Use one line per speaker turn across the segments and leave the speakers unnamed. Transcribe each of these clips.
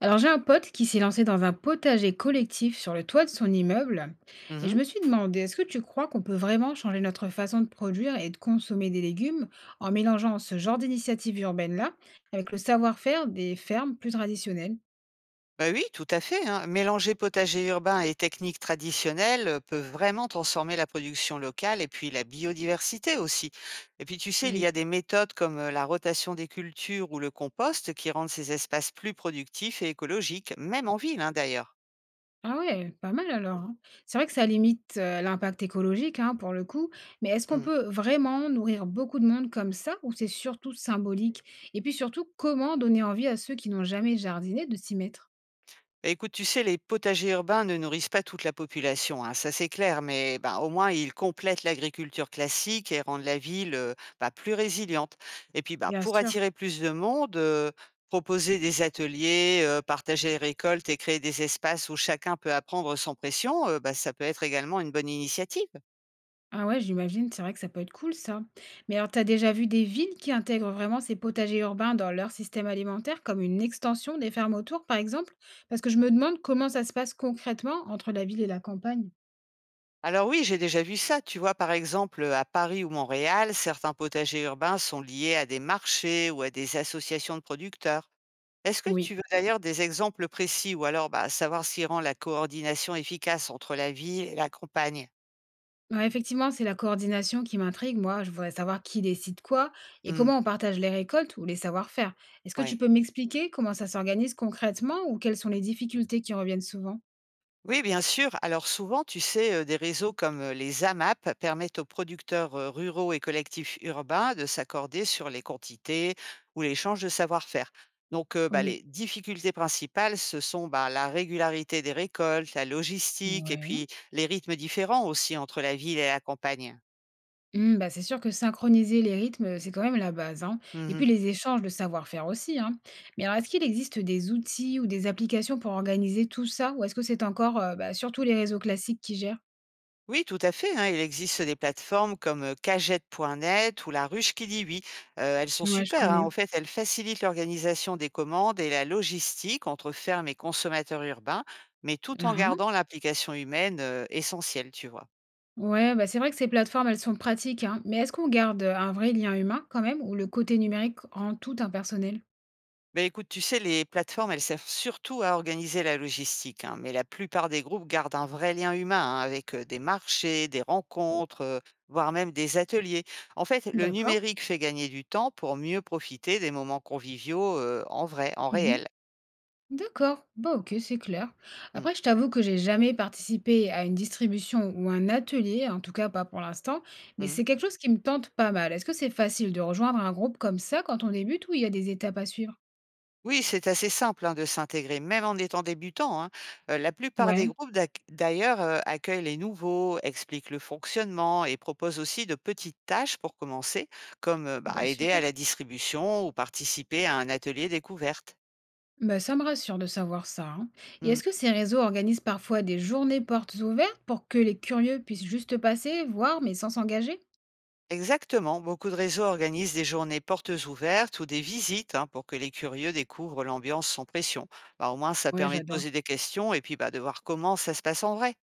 Alors j'ai un pote qui s'est lancé dans un potager collectif sur le toit de son immeuble et
Mmh.
je me suis demandé, est-ce que tu crois qu'on peut vraiment changer notre façon de produire et de consommer des légumes en mélangeant ce genre d'initiative urbaine-là avec le savoir-faire des fermes plus traditionnelles?
Bah, oui, tout à fait, hein. Mélanger potager urbain et techniques traditionnelles, peut vraiment transformer la production locale et puis la biodiversité aussi. Et puis tu sais, il y a des méthodes comme, la rotation des cultures ou le compost qui rendent ces espaces plus productifs et écologiques, même en ville, hein, d'ailleurs.
Ah ouais, pas mal alors, hein. C'est vrai que ça limite l'impact écologique, hein, pour le coup, mais est-ce qu'on
Mmh.
peut vraiment nourrir beaucoup de monde comme ça ou c'est surtout symbolique? Et puis surtout, comment donner envie à ceux qui n'ont jamais jardiné de s'y mettre?
Bah, écoute, tu sais, les potagers urbains ne nourrissent pas toute la population, hein, ça c'est clair, mais ben, au moins ils complètent l'agriculture classique et rendent la ville bah, plus résiliente. Et puis bah,
Bien
pour
sûr.
attirer plus de monde, proposer des ateliers, partager les récoltes et créer des espaces où chacun peut apprendre sans pression, bah, ça peut être également une bonne initiative.
Ah ouais, j'imagine, c'est vrai que ça peut être cool ça. Mais alors, t'as déjà vu des villes qui intègrent vraiment ces potagers urbains dans leur système alimentaire, comme une extension des fermes autour, par exemple? Parce que je me demande comment ça se passe concrètement entre la ville et la campagne.
Alors oui, j'ai déjà vu ça. Tu vois, par exemple, à Paris ou Montréal, certains potagers urbains sont liés à des marchés ou à des associations de producteurs. Est-ce que tu
Oui.
veux d'ailleurs des exemples précis ou alors bah, savoir s'il rend la coordination efficace entre la ville et la campagne?
Ouais, effectivement, c'est la coordination qui m'intrigue, moi. Je voudrais savoir qui décide quoi et
Hmm,
comment on partage les récoltes ou les savoir-faire. Est-ce que tu
ouais.
peux m'expliquer comment ça s'organise concrètement ou quelles sont les difficultés qui reviennent souvent?
Oui, bien sûr. Alors souvent, tu sais, des réseaux comme les AMAP permettent aux producteurs ruraux et collectifs urbains de s'accorder sur les quantités ou l'échange de savoir-faire. Donc, bah,
Oui.
les difficultés principales, ce sont bah, la régularité des récoltes, la logistique et
Ouais.
puis les rythmes différents aussi entre la ville et la campagne.
Mmh, bah, c'est sûr que synchroniser les rythmes, c'est quand même la base, hein, et
Mhm.
puis les échanges de savoir-faire aussi, hein. Mais alors est-ce qu'il existe des outils ou des applications pour organiser tout ça? Ou est-ce que c'est encore, bah, surtout les réseaux classiques qui gèrent?
Oui, tout à fait, hein. Il existe des plateformes comme cagette.net ou La Ruche qui dit oui. Elles sont
Ouais, je
super, hein.
connais.
En fait, elles facilitent l'organisation des commandes et la logistique entre fermes et consommateurs urbains, mais tout en
Mmh.
gardant l'implication humaine, essentielle, tu vois?
Ouais, bah, c'est vrai que ces plateformes, elles sont pratiques, hein. Mais est-ce qu'on garde un vrai lien humain quand même ou le côté numérique rend tout impersonnel?
Ben écoute, tu sais, les plateformes, elles servent surtout à organiser la logistique, hein, mais la plupart des groupes gardent un vrai lien humain hein, avec des marchés, des rencontres, voire même des ateliers. En fait, le
D'accord.
numérique fait gagner du temps pour mieux profiter des moments conviviaux en vrai, en
Mmh.
réel.
D'accord, bah OK, c'est clair.
Mm,
Après, je t'avoue que j'ai jamais participé à une distribution ou un atelier, en tout cas pas pour l'instant, mais
mhm.
c'est quelque chose qui me tente pas mal. Est-ce que c'est facile de rejoindre un groupe comme ça quand on débute ou il y a des étapes à suivre?
Oui, c'est assez simple, hein, de s'intégrer, même en étant débutant, hein. La plupart des
Ouais.
groupes d'ailleurs, accueillent les nouveaux, expliquent le fonctionnement et proposent aussi de petites tâches pour commencer, comme,
Ah
bah,
bah
aider à
super.
la distribution ou participer à un atelier découverte.
Bah, ça me rassure de savoir ça, hein. Et
Mmh.
est-ce que ces réseaux organisent parfois des journées portes ouvertes pour que les curieux puissent juste passer, voir, mais sans s'engager?
Exactement, beaucoup de réseaux organisent des journées portes ouvertes ou des visites, hein, pour que les curieux découvrent l'ambiance sans pression. Bah, au moins ça
Ouais,
permet de
j'adore.
poser des questions et puis, bah, de voir comment ça se passe en vrai.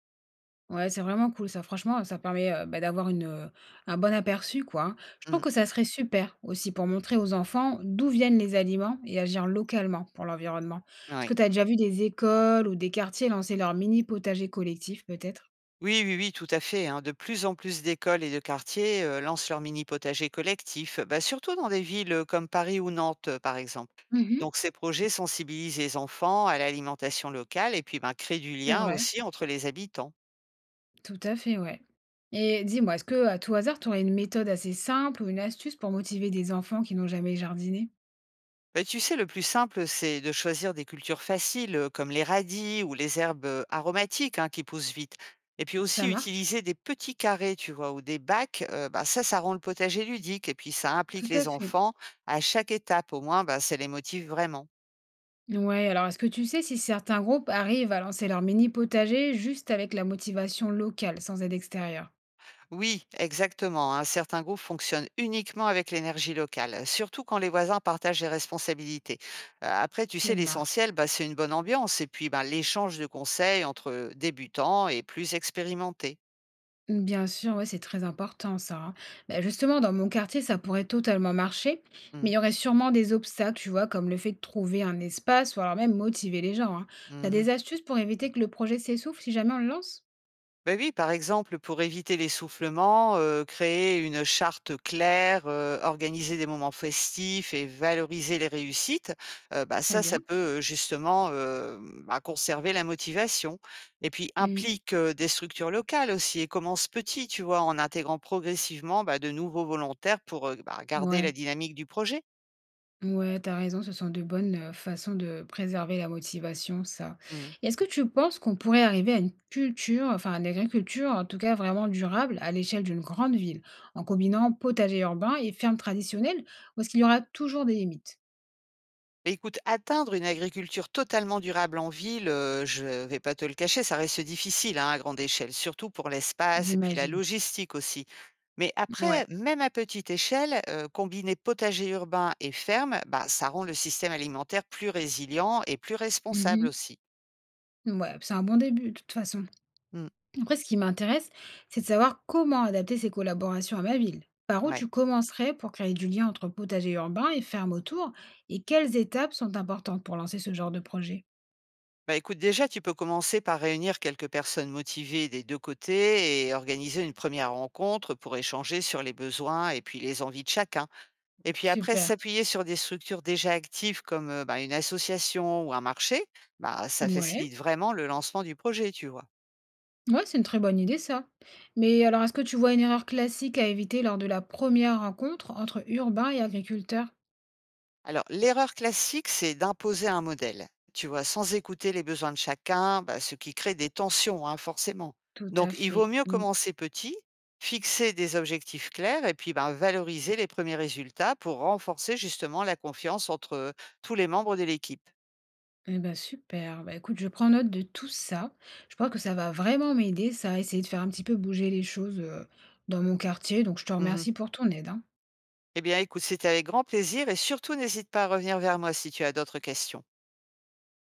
Ouais, c'est vraiment cool ça. Franchement, ça permet, bah, d'avoir un bon aperçu, quoi, hein. Je trouve
Mmh,
que ça serait super aussi pour montrer aux enfants d'où viennent les aliments et agir localement pour l'environnement. Est-ce
oui.
que tu as déjà vu des écoles ou des quartiers lancer leur mini potager collectif peut-être?
Oui, oui, oui, tout à fait, hein. De plus en plus d'écoles et de quartiers lancent leur mini potager collectif, bah, surtout dans des villes comme Paris ou Nantes, par exemple.
Mmh.
Donc, ces projets sensibilisent les enfants à l'alimentation locale et puis ben, créent du
C'est
lien
vrai,
aussi entre les habitants.
tout à fait, ouais. Et dis-moi, est-ce que à tout hasard, tu aurais une méthode assez simple ou une astuce pour motiver des enfants qui n'ont jamais jardiné?
Bah, tu sais, le plus simple, c'est de choisir des cultures faciles, comme les radis ou les herbes aromatiques hein, qui poussent vite. Et puis aussi
Ça marche?
utiliser des petits carrés, tu vois, ou des bacs, bah, ça rend le potager ludique. Et puis ça
Tout
implique
à
les
fait.
enfants à chaque étape, au moins, bah, ça les motive vraiment.
Ouais, alors est-ce que tu sais si certains groupes arrivent à lancer leur mini potager juste avec la motivation locale, sans aide extérieure?
Oui, exactement, hein. Certains groupes fonctionnent uniquement avec l'énergie locale, surtout quand les voisins partagent les responsabilités. Après, tu
Ça
sais,
marche.
l'essentiel, bah, c'est une bonne ambiance et puis bah, l'échange de conseils entre débutants et plus expérimentés.
Bien sûr, ouais, c'est très important ça, hein. Bah, justement, dans mon quartier, ça pourrait totalement marcher, mais
Mmh.
il y aurait sûrement des obstacles, tu vois, comme le fait de trouver un espace ou alors même motiver les gens, hein. T'as
Mmh mh.
des astuces pour éviter que le projet s'essouffle si jamais on le lance?
Bah oui, par exemple, pour éviter l'essoufflement, créer une charte claire, organiser des moments festifs et valoriser les réussites, bah,
Très bien.
ça peut, justement, bah, conserver la motivation et puis
Mm.
implique, des structures locales aussi et commence petit, tu vois? En intégrant progressivement, bah, de nouveaux volontaires pour, bah, garder la
Ouais.
dynamique du projet.
Ouais, t'as raison, ce sont de bonnes, façons de préserver la motivation, ça.
Mmh.
Et est-ce que tu penses qu'on pourrait arriver à une culture, enfin, à une agriculture, en tout cas, vraiment durable à l'échelle d'une grande ville, en combinant potager urbain et ferme traditionnelle? Ou est-ce qu'il y aura toujours des limites?
Beh, écoute, atteindre une agriculture totalement durable en ville, je vais pas te le cacher, ça reste difficile, hein, à grande échelle, surtout pour l'espace et puis la
J'imagine.
logistique aussi. Mais après,
Ouais.
même à petite échelle, combiner potager urbain et ferme, bah, ça rend le système alimentaire plus résilient et plus responsable
Mmh.
aussi.
Ouais, c'est un bon début de toute façon.
Mmh,
Après, ce qui m'intéresse, c'est de savoir comment adapter ces collaborations à ma ville. Par où tu
ouais.
commencerais pour créer du lien entre potager urbain et ferme autour? Et quelles étapes sont importantes pour lancer ce genre de projet?
Bah, écoute, déjà, tu peux commencer par réunir quelques personnes motivées des 2 côtés et organiser une première rencontre pour échanger sur les besoins et puis les envies de chacun. Et puis après,
Super.
s'appuyer sur des structures déjà actives comme, bah, une association ou un marché, bah, ça
Ouais,
facilite vraiment le lancement du projet, tu vois?
ouais, c'est une très bonne idée ça. Mais alors, est-ce que tu vois une erreur classique à éviter lors de la première rencontre entre urbain et agriculteur?
Alors l'erreur classique, c'est d'imposer un modèle, tu vois? Sans écouter les besoins de chacun, bah, ce qui crée des tensions, hein, forcément.
Tout
Donc
à
il vaut
fait.
mieux commencer petit, fixer des objectifs clairs et puis, ben, valoriser les premiers résultats pour renforcer justement la confiance entre tous les membres de l'équipe.
Eh ben, super. Bah, écoute, je prends note de tout ça. Je crois que ça va vraiment m'aider, ça, à essayer de faire un petit peu bouger les choses, dans mon quartier. Donc, je te
Mmh.
remercie pour ton aide, hein.
Eh bien, écoute, c'était avec grand plaisir et surtout n'hésite pas à revenir vers moi si tu as d'autres questions.